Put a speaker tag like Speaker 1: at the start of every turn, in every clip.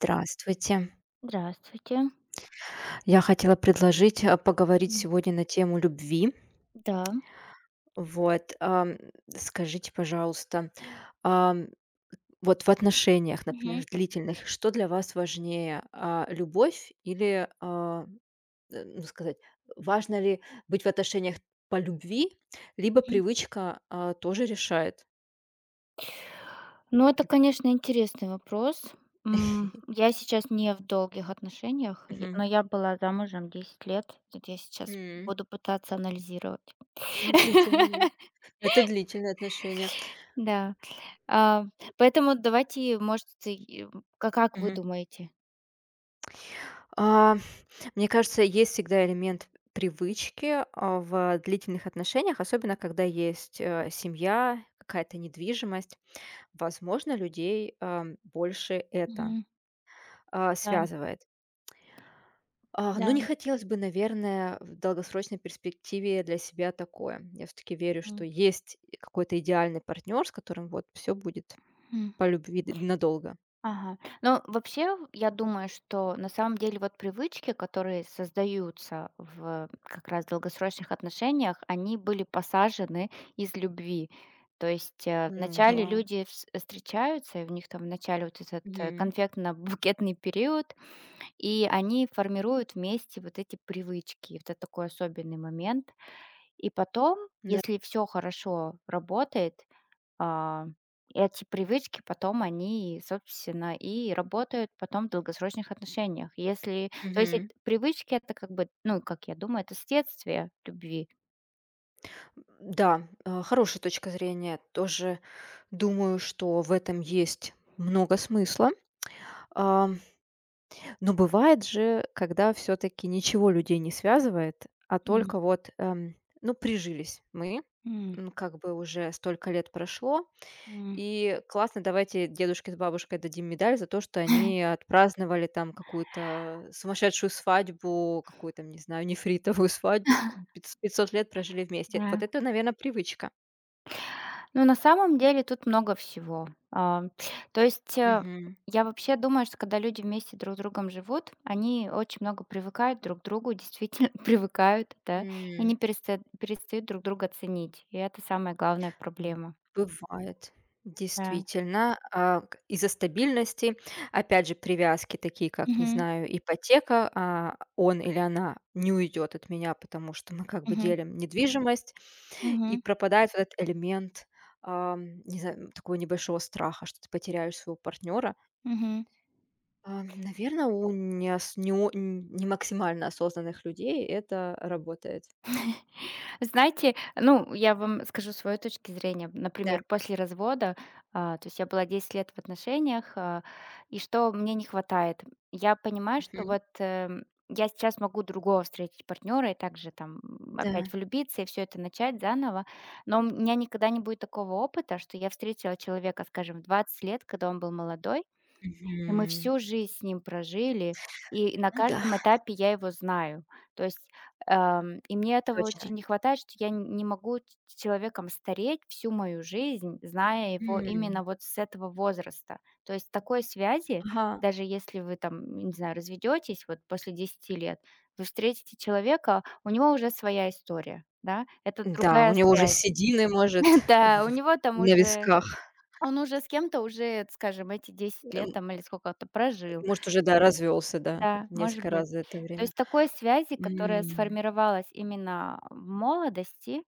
Speaker 1: Здравствуйте.
Speaker 2: Здравствуйте.
Speaker 1: Я хотела предложить, поговорить
Speaker 2: Мгм.
Speaker 1: сегодня на тему любви.
Speaker 2: Да.
Speaker 1: Вот, скажите, пожалуйста, ам, вот в отношениях, например,
Speaker 2: Мгм.
Speaker 1: длительных, что для вас важнее, любовь или, ну, сказать, важно ли быть в отношениях по любви, либо
Speaker 2: Мгм.
Speaker 1: привычка, тоже решает?
Speaker 2: Ну, это, конечно, интересный вопрос. Я сейчас не в долгих отношениях, я
Speaker 1: Мгм.
Speaker 2: но я была замужем 10 лет. Вот я сейчас
Speaker 1: М.
Speaker 2: буду пытаться анализировать.
Speaker 1: Ну, длительно, да. Это длительные отношения.
Speaker 2: Да. А, поэтому давайте, может, и, м, ка как вы
Speaker 1: Мгм.
Speaker 2: думаете?
Speaker 1: Мне кажется, есть всегда элемент привычки, в длительных отношениях, особенно когда есть, семья, какая-то недвижимость. Возможно, людей, больше это,
Speaker 2: Мгм. Да.
Speaker 1: связывает. Но не
Speaker 2: Да.
Speaker 1: хотелось бы, наверное, в долгосрочной перспективе для себя такое. Я все таки верю, что есть какой-то идеальный партнер, с которым вот все будет
Speaker 2: М.
Speaker 1: по любви д надолго.
Speaker 2: Ага. Ну, вообще, я думаю, что на самом деле вот привычки, которые создаются в как раз долгосрочных отношениях, они были посажены из любви. То есть
Speaker 1: Ну да.
Speaker 2: вначале люди встречаются, и у них там вначале вот этот
Speaker 1: Мгм.
Speaker 2: конфетно-букетный период, и они формируют вместе вот эти привычки. Это такой особенный момент. И потом,
Speaker 1: Да.
Speaker 2: если все хорошо работает, а, эти привычки потом они, собственно, и работают потом в долгосрочных отношениях. Если, то есть эт
Speaker 1: Мгм.
Speaker 2: привычки — это как бы, ну, как я думаю, это следствие любви.
Speaker 1: Да, хорошая точка зрения. Тоже думаю, что в этом есть много смысла. А, но бывает же, когда все-таки ничего людей не связывает, а
Speaker 2: М,
Speaker 1: только вот, ну, прижились мы,
Speaker 2: м,
Speaker 1: как бы уже столько лет прошло,
Speaker 2: м,
Speaker 1: и классно, давайте дедушке с бабушкой дадим медаль за то, что они отпраздновали там какую-то сумасшедшую свадьбу, какую-то, не знаю, нефритовую свадьбу, там, 500 лет прожили вместе. Вот
Speaker 2: да.
Speaker 1: это, наверное, привычка.
Speaker 2: Ну, на самом деле тут много всего. То есть,
Speaker 1: Мгм.
Speaker 2: я вообще думаю, что когда люди вместе друг с другом живут, они очень много привыкают друг к другу, действительно привыкают, да, и
Speaker 1: М.
Speaker 2: не перестают друг друга ценить. И это самая главная проблема.
Speaker 1: Бывает,
Speaker 2: Да.
Speaker 1: действительно, а, к из-за стабильности, опять же, привязки такие, как, не
Speaker 2: Мгм.
Speaker 1: знаю, ипотека, он или она не уйдет от меня, потому что мы как бы
Speaker 2: Мгм.
Speaker 1: делим недвижимость, и
Speaker 2: Мгм.
Speaker 1: пропадает вот этот элемент, не знаю, такого небольшого страха, что ты потеряешь своего партнера.
Speaker 2: Мгм.
Speaker 1: Наверное, у неос не о н- не максимально осознанных людей это работает.
Speaker 2: Знаете, ну, я вам скажу свою точку зрения.
Speaker 1: Да.
Speaker 2: Например, после развода, то есть я была 10 лет в отношениях, и что мне не хватает? Я понимаю, что
Speaker 1: Мгм.
Speaker 2: вот я сейчас могу другого встретить партнера и также там
Speaker 1: Да.
Speaker 2: опять влюбиться и все это начать заново, но у меня никогда не будет такого опыта, что я встретила человека, скажем, в 20 лет, когда он был молодой. И мы
Speaker 1: Мгм.
Speaker 2: всю жизнь с ним прожили, и на
Speaker 1: Ну да.
Speaker 2: каждом этапе я его знаю. То есть, и мне этого
Speaker 1: Точно.
Speaker 2: очень не хватает, что я н не могу ч с человеком стареть всю мою жизнь, зная его
Speaker 1: М.
Speaker 2: именно вот с этого возраста. То есть такой связи,
Speaker 1: Ага.
Speaker 2: даже если вы там, не знаю, разведетесь вот после 10 лет, вы встретите человека, у него уже своя история, да, это
Speaker 1: Да, у
Speaker 2: другая
Speaker 1: него уже
Speaker 2: связь.
Speaker 1: седины, может,
Speaker 2: Да, у
Speaker 1: в
Speaker 2: него там
Speaker 1: на
Speaker 2: уже
Speaker 1: висках.
Speaker 2: он уже с кем-то уже, скажем, эти 10
Speaker 1: Эм,
Speaker 2: лет там или сколько-то прожил.
Speaker 1: может, уже, да, развелся, да,
Speaker 2: Да, может
Speaker 1: несколько
Speaker 2: быть.
Speaker 1: раз за это
Speaker 2: То
Speaker 1: время.
Speaker 2: есть такой связи, которая
Speaker 1: М.
Speaker 2: сформировалась именно в молодости,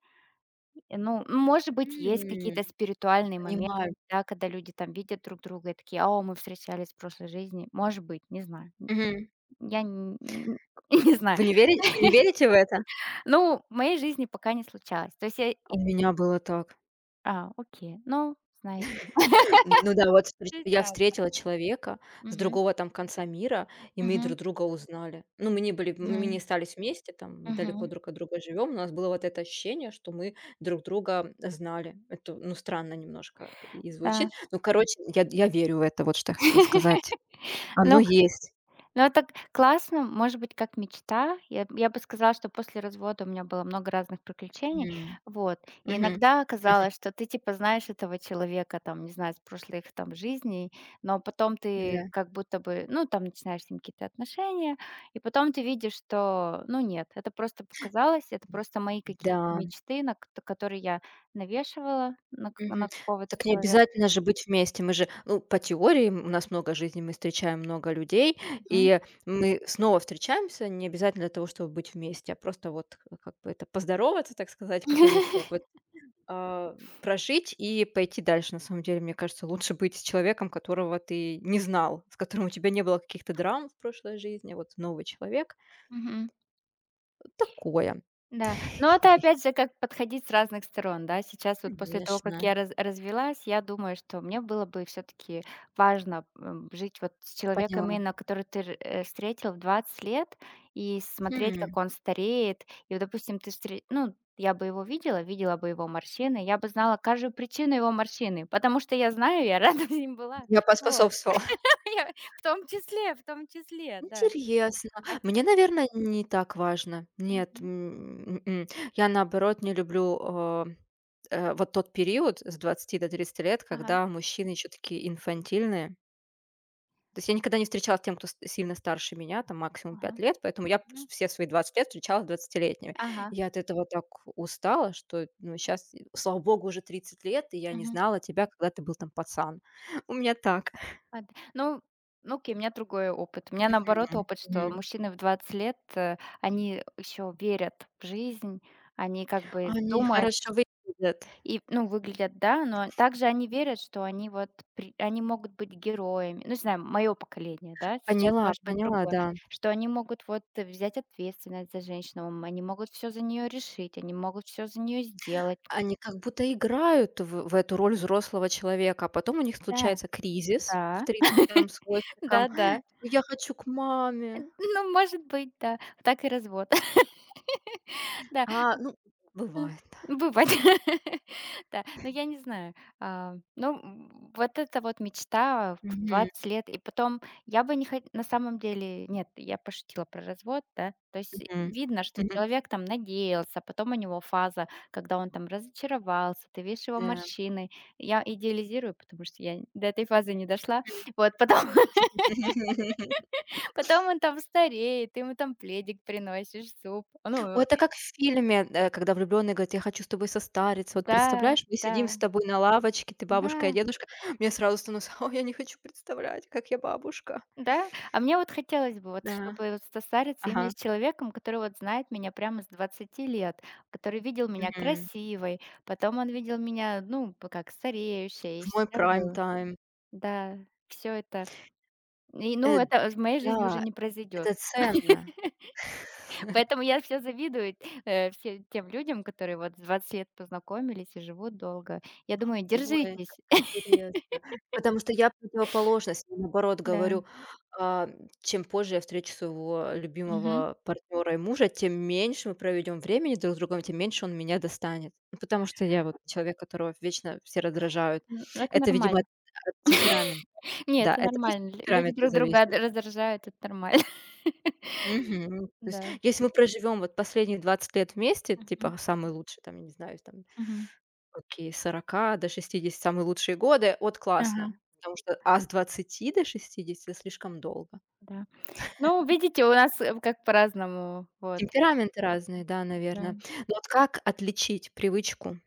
Speaker 2: может быть, есть
Speaker 1: М.
Speaker 2: какие-то спиритуальные моменты,
Speaker 1: Понимаю.
Speaker 2: да, когда люди там видят друг друга и такие: "О, мы встречались в прошлой жизни". Может быть, не знаю.
Speaker 1: Мгм.
Speaker 2: Я н н не знаю.
Speaker 1: Вы не верите в это?
Speaker 2: Ну, в моей жизни пока не случалось. То есть я
Speaker 1: У
Speaker 2: и
Speaker 1: меня было так.
Speaker 2: а, окей, ну, знаете.
Speaker 1: Ну да, вот встреч
Speaker 2: Жизнь
Speaker 1: я
Speaker 2: разная.
Speaker 1: встретила человека с
Speaker 2: Мгм.
Speaker 1: другого там конца мира, и мы
Speaker 2: Мгм.
Speaker 1: друг друга узнали. Ну, мы не были мы не
Speaker 2: Мгм.
Speaker 1: остались вместе, там далеко
Speaker 2: Мгм.
Speaker 1: друг от друга живем. У нас было вот это ощущение, что мы друг друга знали. Это, ну, странно немножко и звучит.
Speaker 2: Да.
Speaker 1: Ну, короче, я верю в это, вот что я хотела сказать. Оно
Speaker 2: Ну
Speaker 1: есть.
Speaker 2: Ну, это к классно, может быть, как мечта. Я бы сказала, что после развода у меня было много разных приключений.
Speaker 1: Мгм.
Speaker 2: Вот. И
Speaker 1: Мгм.
Speaker 2: иногда казалось, что ты, типа, знаешь этого человека, там, не знаю, с прошлых, там, жизней, но потом ты
Speaker 1: Да.
Speaker 2: как будто бы, ну, там, начинаешь с ним какие-то отношения, и потом ты видишь, что, ну, нет, это просто показалось, это просто мои какие-то
Speaker 1: Да.
Speaker 2: мечты, на которые я навешивала на
Speaker 1: Мгм.
Speaker 2: какого-то
Speaker 1: Так не
Speaker 2: человека.
Speaker 1: обязательно же быть вместе. Мы же, ну, по теории, у нас много жизней, мы встречаем много людей,
Speaker 2: Мгм.
Speaker 1: и мы снова встречаемся не обязательно для того, чтобы быть вместе, а просто вот к как бы это поздороваться, так сказать, какой-нибудь опыт, а, прожить и пойти дальше. На самом деле, мне кажется, лучше быть с человеком, которого ты не знал, с которым у тебя не было каких-то драм в прошлой жизни. Вот новый человек.
Speaker 2: Мгм.
Speaker 1: Такое.
Speaker 2: Да, но это опять же как подходить с разных сторон, да. Сейчас вот после того,
Speaker 1: Конечно,
Speaker 2: как я развелась, я думаю, что мне было бы все таки важно, жить вот с человеком,
Speaker 1: поняла.
Speaker 2: именно который ты встретил в 20 лет, и смотреть,
Speaker 1: Хм,
Speaker 2: как он стареет. И вот, допустим, ты встре ну, я бы его видела бы его морщины, я бы знала каждую причину его морщины, потому что я знаю, я рада с ним была.
Speaker 1: я
Speaker 2: Вот.
Speaker 1: поспособствовала.
Speaker 2: Я в том числе, да.
Speaker 1: Интересно.
Speaker 2: А се
Speaker 1: Мне, наверное, не так важно. Нет,
Speaker 2: мгм.
Speaker 1: м, м. М. Я, наоборот, не люблю, вот тот период с 20 до 30 лет,
Speaker 2: Ага,
Speaker 1: когда мужчины еще такие инфантильные. То есть я никогда не встречалась с тем, кто с сильно старше меня, там максимум
Speaker 2: ага.
Speaker 1: 5 лет, поэтому я п
Speaker 2: Мгм.
Speaker 1: все свои 20 лет встречалась с двадцатилетними.
Speaker 2: Ага.
Speaker 1: Я от этого так устала, что, ну, сейчас, слава богу, уже 30 лет, и я не знала тебя, когда ты был там пацан. У меня так.
Speaker 2: А, д ну, ну окей, у меня другой опыт. У меня, наоборот,
Speaker 1: Мгм.
Speaker 2: опыт, что
Speaker 1: Мгм.
Speaker 2: мужчины в 20 лет, они еще верят в жизнь, они как бы
Speaker 1: Они
Speaker 2: думают
Speaker 1: хорошо выглядят.
Speaker 2: и, ну, выглядят, да, но также они верят, что они вот при они могут быть героями. Ну, не знаю, мое поколение, да, сейчас
Speaker 1: Поняла,
Speaker 2: может быть
Speaker 1: поняла,
Speaker 2: другое,
Speaker 1: да.
Speaker 2: что они могут вот взять ответственность за женщину, они могут все за нее решить, они могут все за нее сделать.
Speaker 1: Они как будто играют в эту роль взрослого человека, а потом у них
Speaker 2: Да,
Speaker 1: случается кризис в
Speaker 2: да,
Speaker 1: 30 там с хвостиком.
Speaker 2: да-да.
Speaker 1: "Я хочу к маме".
Speaker 2: Ну, может быть, да, так и развод. Да.
Speaker 1: Ну, бывает, да.
Speaker 2: Бывает. Да, но я не знаю. Вот это вот мечта в
Speaker 1: Мгм,
Speaker 2: 20 лет. И потом я бы не хот на самом деле, нет, я пошутила про развод, да. То есть
Speaker 1: мгм,
Speaker 2: видно, что
Speaker 1: мгм.
Speaker 2: человек там надеялся, потом у него фаза, когда он там разочаровался, ты видишь его
Speaker 1: Да.
Speaker 2: морщины. Я идеализирую, потому что я до этой фазы не дошла. Вот, потом потом он там стареет, ты ему там пледик приносишь, суп.
Speaker 1: О,
Speaker 2: Ну,
Speaker 1: это как в фильме, когда влюбленный говорит: "Я хочу с тобой состариться". Вот
Speaker 2: да,
Speaker 1: представляешь, мы
Speaker 2: да,
Speaker 1: сидим с тобой на лавочке, ты бабушка, я
Speaker 2: да.
Speaker 1: дедушка. Мне сразу становится: о, я не хочу представлять, как я бабушка".
Speaker 2: Да? А мне вот хотелось бы, вот,
Speaker 1: Да.
Speaker 2: чтобы вот состариться именно
Speaker 1: Ага.
Speaker 2: с человеком, который вот знает меня прямо с 20 лет, который видел меня
Speaker 1: Мгм.
Speaker 2: красивой, потом он видел меня, ну, как стареющей,
Speaker 1: В
Speaker 2: и
Speaker 1: мой
Speaker 2: всегда был.
Speaker 1: прайм-тайм.
Speaker 2: Да, все это. И, ну,
Speaker 1: Э,
Speaker 2: это в моей жизни уже
Speaker 1: да,
Speaker 2: не произойдет.
Speaker 1: это ценно.
Speaker 2: Поэтому я все завидую всем тем людям, которые вот с 20 лет познакомились и живут долго. Я думаю,
Speaker 1: Ой, как
Speaker 2: держитесь.
Speaker 1: интересно. Потому что я противоположность. Я наоборот
Speaker 2: Да.
Speaker 1: говорю, а, чем позже я встречу своего
Speaker 2: Мгм.
Speaker 1: любимого партнера и мужа, тем меньше мы проведем времени друг с другом, тем меньше он меня достанет. Ну, потому что я вот человек, которого вечно все раздражают.
Speaker 2: Это
Speaker 1: Это, видимо, от
Speaker 2: нормально.
Speaker 1: от темперамента.
Speaker 2: Нет,
Speaker 1: Да,
Speaker 2: это
Speaker 1: это просто
Speaker 2: нормально.
Speaker 1: от
Speaker 2: Люди
Speaker 1: темперамента
Speaker 2: друг друга
Speaker 1: зависит.
Speaker 2: раздражают, это нормально.
Speaker 1: Мгм. То есть,
Speaker 2: Да.
Speaker 1: если мы проживем вот последние 20 лет вместе,
Speaker 2: Мгм.
Speaker 1: типа, самый лучший, там, я не знаю, там.
Speaker 2: Мгм.
Speaker 1: Окей, с 40 до 60 самые лучшие годы. Вот
Speaker 2: Ага,
Speaker 1: классно, потому что, с 20 до 60 слишком долго.
Speaker 2: да. Ну, видите, у нас, как по-разному, вот.
Speaker 1: Темпераменты разные, да, наверное.
Speaker 2: Да.
Speaker 1: Но вот как отличить привычку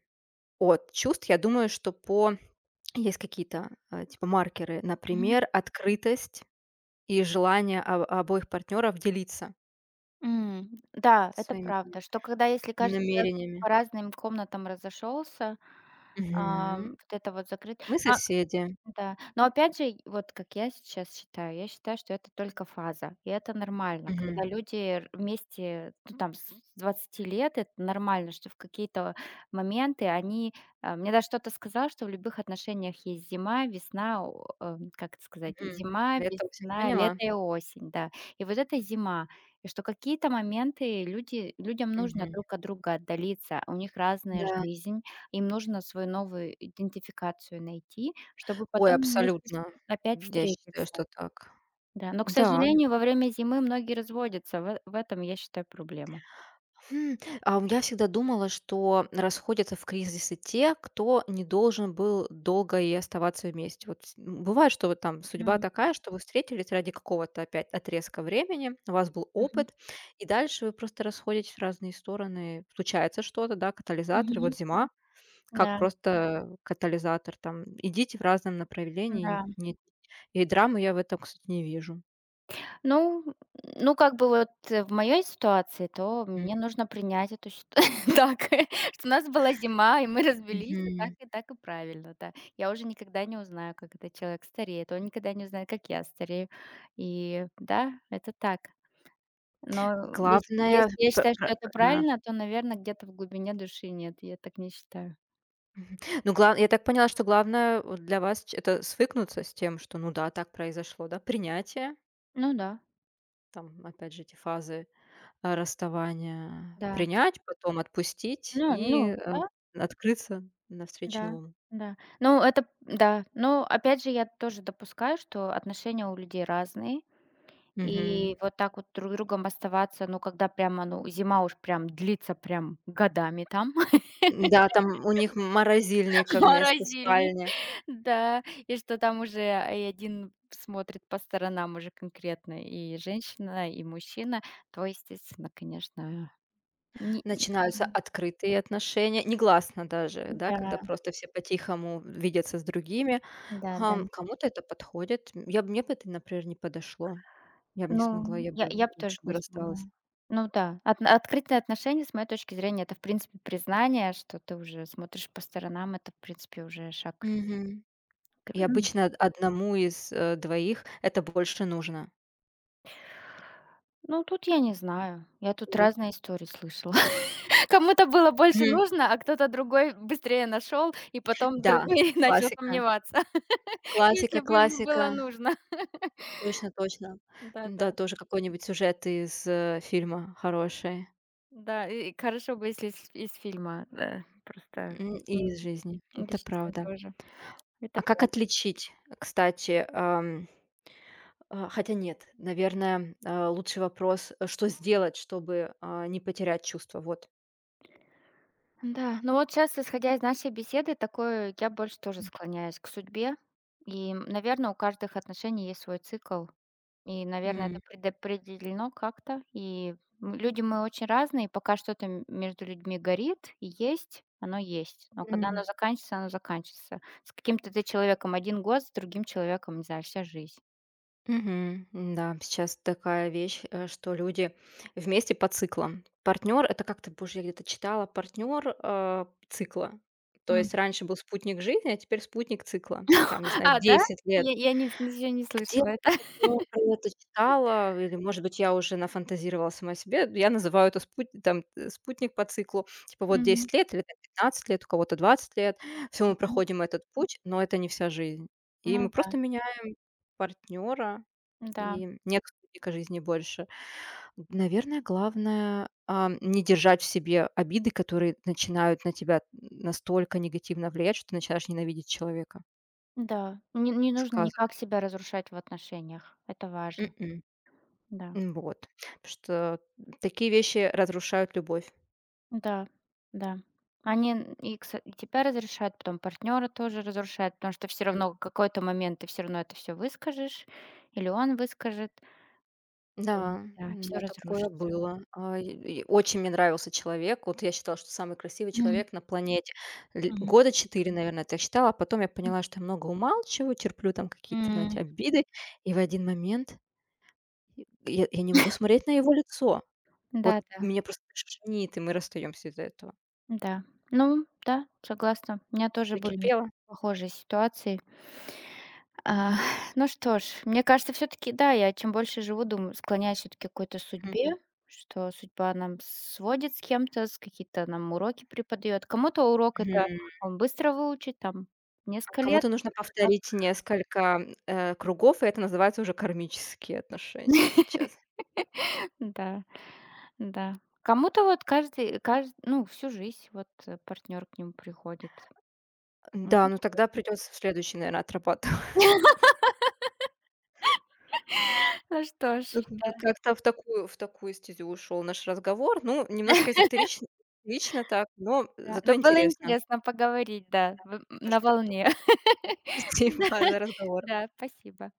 Speaker 1: от чувств? Я думаю, что по есть какие-то, типа маркеры,
Speaker 2: Мгм.
Speaker 1: например, открытость и желание о обоих партнеров делиться
Speaker 2: М, да, это
Speaker 1: своими
Speaker 2: правда, что когда если каждый человек
Speaker 1: намерениями.
Speaker 2: по разным комнатам разошелся,
Speaker 1: Мгм.
Speaker 2: вот это вот закрыт
Speaker 1: Мы
Speaker 2: а
Speaker 1: соседи.
Speaker 2: Да, но опять же, и вот как я сейчас я считаю, что это только фаза, и это нормально,
Speaker 1: Мгм,
Speaker 2: когда люди вместе, ну, там, с 20 лет, это нормально, что в какие-то моменты они... Мне даже кто-то сказал, что в любых отношениях есть как это сказать,
Speaker 1: мгм.
Speaker 2: зима,
Speaker 1: Я это очень
Speaker 2: весна, лето
Speaker 1: поняла.
Speaker 2: и осень, да. И вот это зима, и что какие-то моменты людям нужно
Speaker 1: Мгм.
Speaker 2: друг от друга отдалиться, а у них разная
Speaker 1: Да.
Speaker 2: жизнь, им нужно свою новую идентификацию найти, чтобы
Speaker 1: Ой,
Speaker 2: потом вместе с
Speaker 1: абсолютно.
Speaker 2: опять
Speaker 1: Я считаю,
Speaker 2: встретиться.
Speaker 1: что так.
Speaker 2: Да, но, к
Speaker 1: Да.
Speaker 2: сожалению, во время зимы многие разводятся. В этом, я считаю, проблема.
Speaker 1: М, а у я всегда думала, что расходятся в кризисы те, кто не должен был долго и оставаться вместе. Вот бывает, что вот там судьба
Speaker 2: М.
Speaker 1: такая, что вы встретились ради какого-то опять отрезка времени, у вас был
Speaker 2: Мгм.
Speaker 1: опыт, и дальше вы просто расходитесь в разные стороны. Случается что-то, да, катализатор. Вот
Speaker 2: Мгм.
Speaker 1: зима как
Speaker 2: Да,
Speaker 1: просто катализатор, там идите в разном направлении.
Speaker 2: да.
Speaker 1: Нет, и драмы я в этом, кстати, не вижу.
Speaker 2: Ну, ну, как бы вот в моей ситуации, то мне нужно принять эту сит так, что у нас была зима, и мы разбились и так
Speaker 1: Мгм.
Speaker 2: и так и правильно, да. Я уже никогда не узнаю, как этот человек стареет, он никогда не узнает, как я старею. И да, это так. Но
Speaker 1: Главное
Speaker 2: если я
Speaker 1: пр
Speaker 2: считаю,
Speaker 1: пр
Speaker 2: что это
Speaker 1: да.
Speaker 2: правильно, то, наверное, где-то в глубине души нет, я так не считаю.
Speaker 1: Ну, гла я так поняла, что главное вот для вас ч это свыкнуться с тем, что, ну да, так произошло, да, принятие,
Speaker 2: Ну да,
Speaker 1: там, опять же, эти фазы, расставания,
Speaker 2: да.
Speaker 1: принять, потом отпустить
Speaker 2: Ну ну
Speaker 1: и,
Speaker 2: да,
Speaker 1: открыться навстречу
Speaker 2: да,
Speaker 1: новому.
Speaker 2: да. Ну, это да. Но опять же, я тоже допускаю, что отношения у людей разные.
Speaker 1: Мгм.
Speaker 2: И вот так вот друг другом оставаться, ну, когда прямо, ну, зима уж прям длится прям годами там,
Speaker 1: Да, там у них морозильника вместо
Speaker 2: морозильник.
Speaker 1: спальни.
Speaker 2: Да, и что там уже и один смотрит по сторонам уже конкретно и женщина, и мужчина, то, естественно, конечно, не
Speaker 1: Начинаются
Speaker 2: м,
Speaker 1: открытые отношения, негласно даже, да, когда
Speaker 2: да,
Speaker 1: просто все по-тихому видятся с другими.
Speaker 2: да-да.
Speaker 1: Кому-то это подходит. М, я бы мне бы это, например, не подошло. Я бы не смогла,
Speaker 2: Ну,
Speaker 1: я бы
Speaker 2: я бы тоже
Speaker 1: лучше бы
Speaker 2: не смогла.
Speaker 1: рассталась.
Speaker 2: Ну да, от открытые отношения, с моей точки зрения, это, в принципе, признание, что ты уже смотришь по сторонам. Это, в принципе, уже шаг
Speaker 1: Мгм. И
Speaker 2: ну
Speaker 1: обычно од одному из, двоих это больше нужно.
Speaker 2: Ну, тут я не знаю. Я тут
Speaker 1: Да.
Speaker 2: разные истории слышала. Кому-то было больше
Speaker 1: Мгм.
Speaker 2: нужно, а кто-то другой быстрее нашел, и потом
Speaker 1: Да,
Speaker 2: другой начал
Speaker 1: классика.
Speaker 2: сомневаться,
Speaker 1: Классика,
Speaker 2: если бы ему
Speaker 1: классика.
Speaker 2: было нужно.
Speaker 1: Точно, точно.
Speaker 2: Да-да.
Speaker 1: Да, тоже какой-нибудь сюжет из, фильма хороший,
Speaker 2: Да, да. И хорошо бы, если из фильма, да, просто, м,
Speaker 1: и из жизни.
Speaker 2: или
Speaker 1: Это
Speaker 2: жизни
Speaker 1: правда.
Speaker 2: тоже.
Speaker 1: А
Speaker 2: Это
Speaker 1: как
Speaker 2: правда.
Speaker 1: отличить, кстати, хотя нет, наверное, лучший вопрос, что сделать, чтобы, не потерять чувство? Вот.
Speaker 2: Да, ну вот сейчас, исходя из нашей беседы, такое я больше тоже склоняюсь к судьбе. И, наверное, у каждых отношений есть свой цикл. И, наверное,
Speaker 1: М,
Speaker 2: это предопределено как-то. И люди мы очень разные. Пока что-то между людьми горит и есть, оно есть. Но когда
Speaker 1: м,
Speaker 2: оно заканчивается, оно заканчивается. С каким-то ты человеком 1 год, с другим человеком, не знаю, вся жизнь.
Speaker 1: мгм. Да, сейчас такая вещь, что люди вместе по циклам. Партнер, это как-то, боже, я где-то читала, партнер цикла. То
Speaker 2: М.
Speaker 1: есть раньше был спутник жизни, а теперь спутник цикла. Там, не знаю,
Speaker 2: А, да?
Speaker 1: 10 лет.
Speaker 2: Я не слышала это.
Speaker 1: Ну, про это читала, или, может быть, я уже нафантазировала сама себе. Я называю это спут там, спутник по циклу. Типа вот
Speaker 2: Мгм,
Speaker 1: 10 лет или там 15 лет, у кого-то 20 лет. Все мы
Speaker 2: мгм.
Speaker 1: проходим этот путь, но это не вся жизнь. И
Speaker 2: Ну
Speaker 1: мы
Speaker 2: да,
Speaker 1: просто меняем партнера,
Speaker 2: да,
Speaker 1: и нет спутника жизни больше. Наверное, главное, не держать в себе обиды, которые начинают на тебя настолько негативно влиять, что ты начинаешь ненавидеть человека.
Speaker 2: да. Не, не нужно
Speaker 1: Сказывать.
Speaker 2: никак себя разрушать в отношениях. Это важно, да.
Speaker 1: М, вот. Потому что такие вещи разрушают любовь.
Speaker 2: Да, да. Они н и кса и тебя разрешают, потом партнера тоже разрушают, потому что все
Speaker 1: М,
Speaker 2: равно в какой-то момент ты все равно это все выскажешь или он выскажет, и
Speaker 1: да, у
Speaker 2: да, все
Speaker 1: меня такое
Speaker 2: разрушится.
Speaker 1: было. И очень мне нравился человек. Вот я считала, что самый красивый
Speaker 2: Мгм,
Speaker 1: человек на планете. Ль
Speaker 2: мгм,
Speaker 1: года 4, наверное, это я считала. А потом я поняла, что я много умалчиваю, терплю там какие-то, знаете,
Speaker 2: М,
Speaker 1: обиды. И в один момент я не могу смотреть на его лицо. Вот
Speaker 2: да-да,
Speaker 1: меня просто шнит, и мы расстаемся из-за этого.
Speaker 2: да. Да. Ну да, согласна. У меня тоже были
Speaker 1: Накипело.
Speaker 2: похожие ситуации. А, ну что ж, мне кажется, все таки да, я чем больше живу, думаю, склоняюсь все таки к какой-то судьбе, что судьба нам сводит с кем-то, с какие-то нам уроки преподает. Кому-то это
Speaker 1: Мгм.
Speaker 2: он быстро выучит, там,
Speaker 1: А
Speaker 2: несколько лет,
Speaker 1: кому-то нужно
Speaker 2: а
Speaker 1: повторить несколько, кругов, и это называется уже кармические отношения сейчас.
Speaker 2: Да, да. Кому-то вот каждый, ну, всю жизнь вот, партнер к нему приходит.
Speaker 1: Да,
Speaker 2: Ну
Speaker 1: ну тогда придется в следующий, наверное, отрабатывать.
Speaker 2: ну что ж,
Speaker 1: Ну, к как-то в такую стезю ушел наш разговор. Ну, немножко эзотерично, лично так, но
Speaker 2: да.
Speaker 1: зато
Speaker 2: Но было
Speaker 1: интересно.
Speaker 2: интересно поговорить, да, в
Speaker 1: Я тоже
Speaker 2: на
Speaker 1: так думаю.
Speaker 2: волне. Да,
Speaker 1: Спасибо за разговор.
Speaker 2: да, спасибо.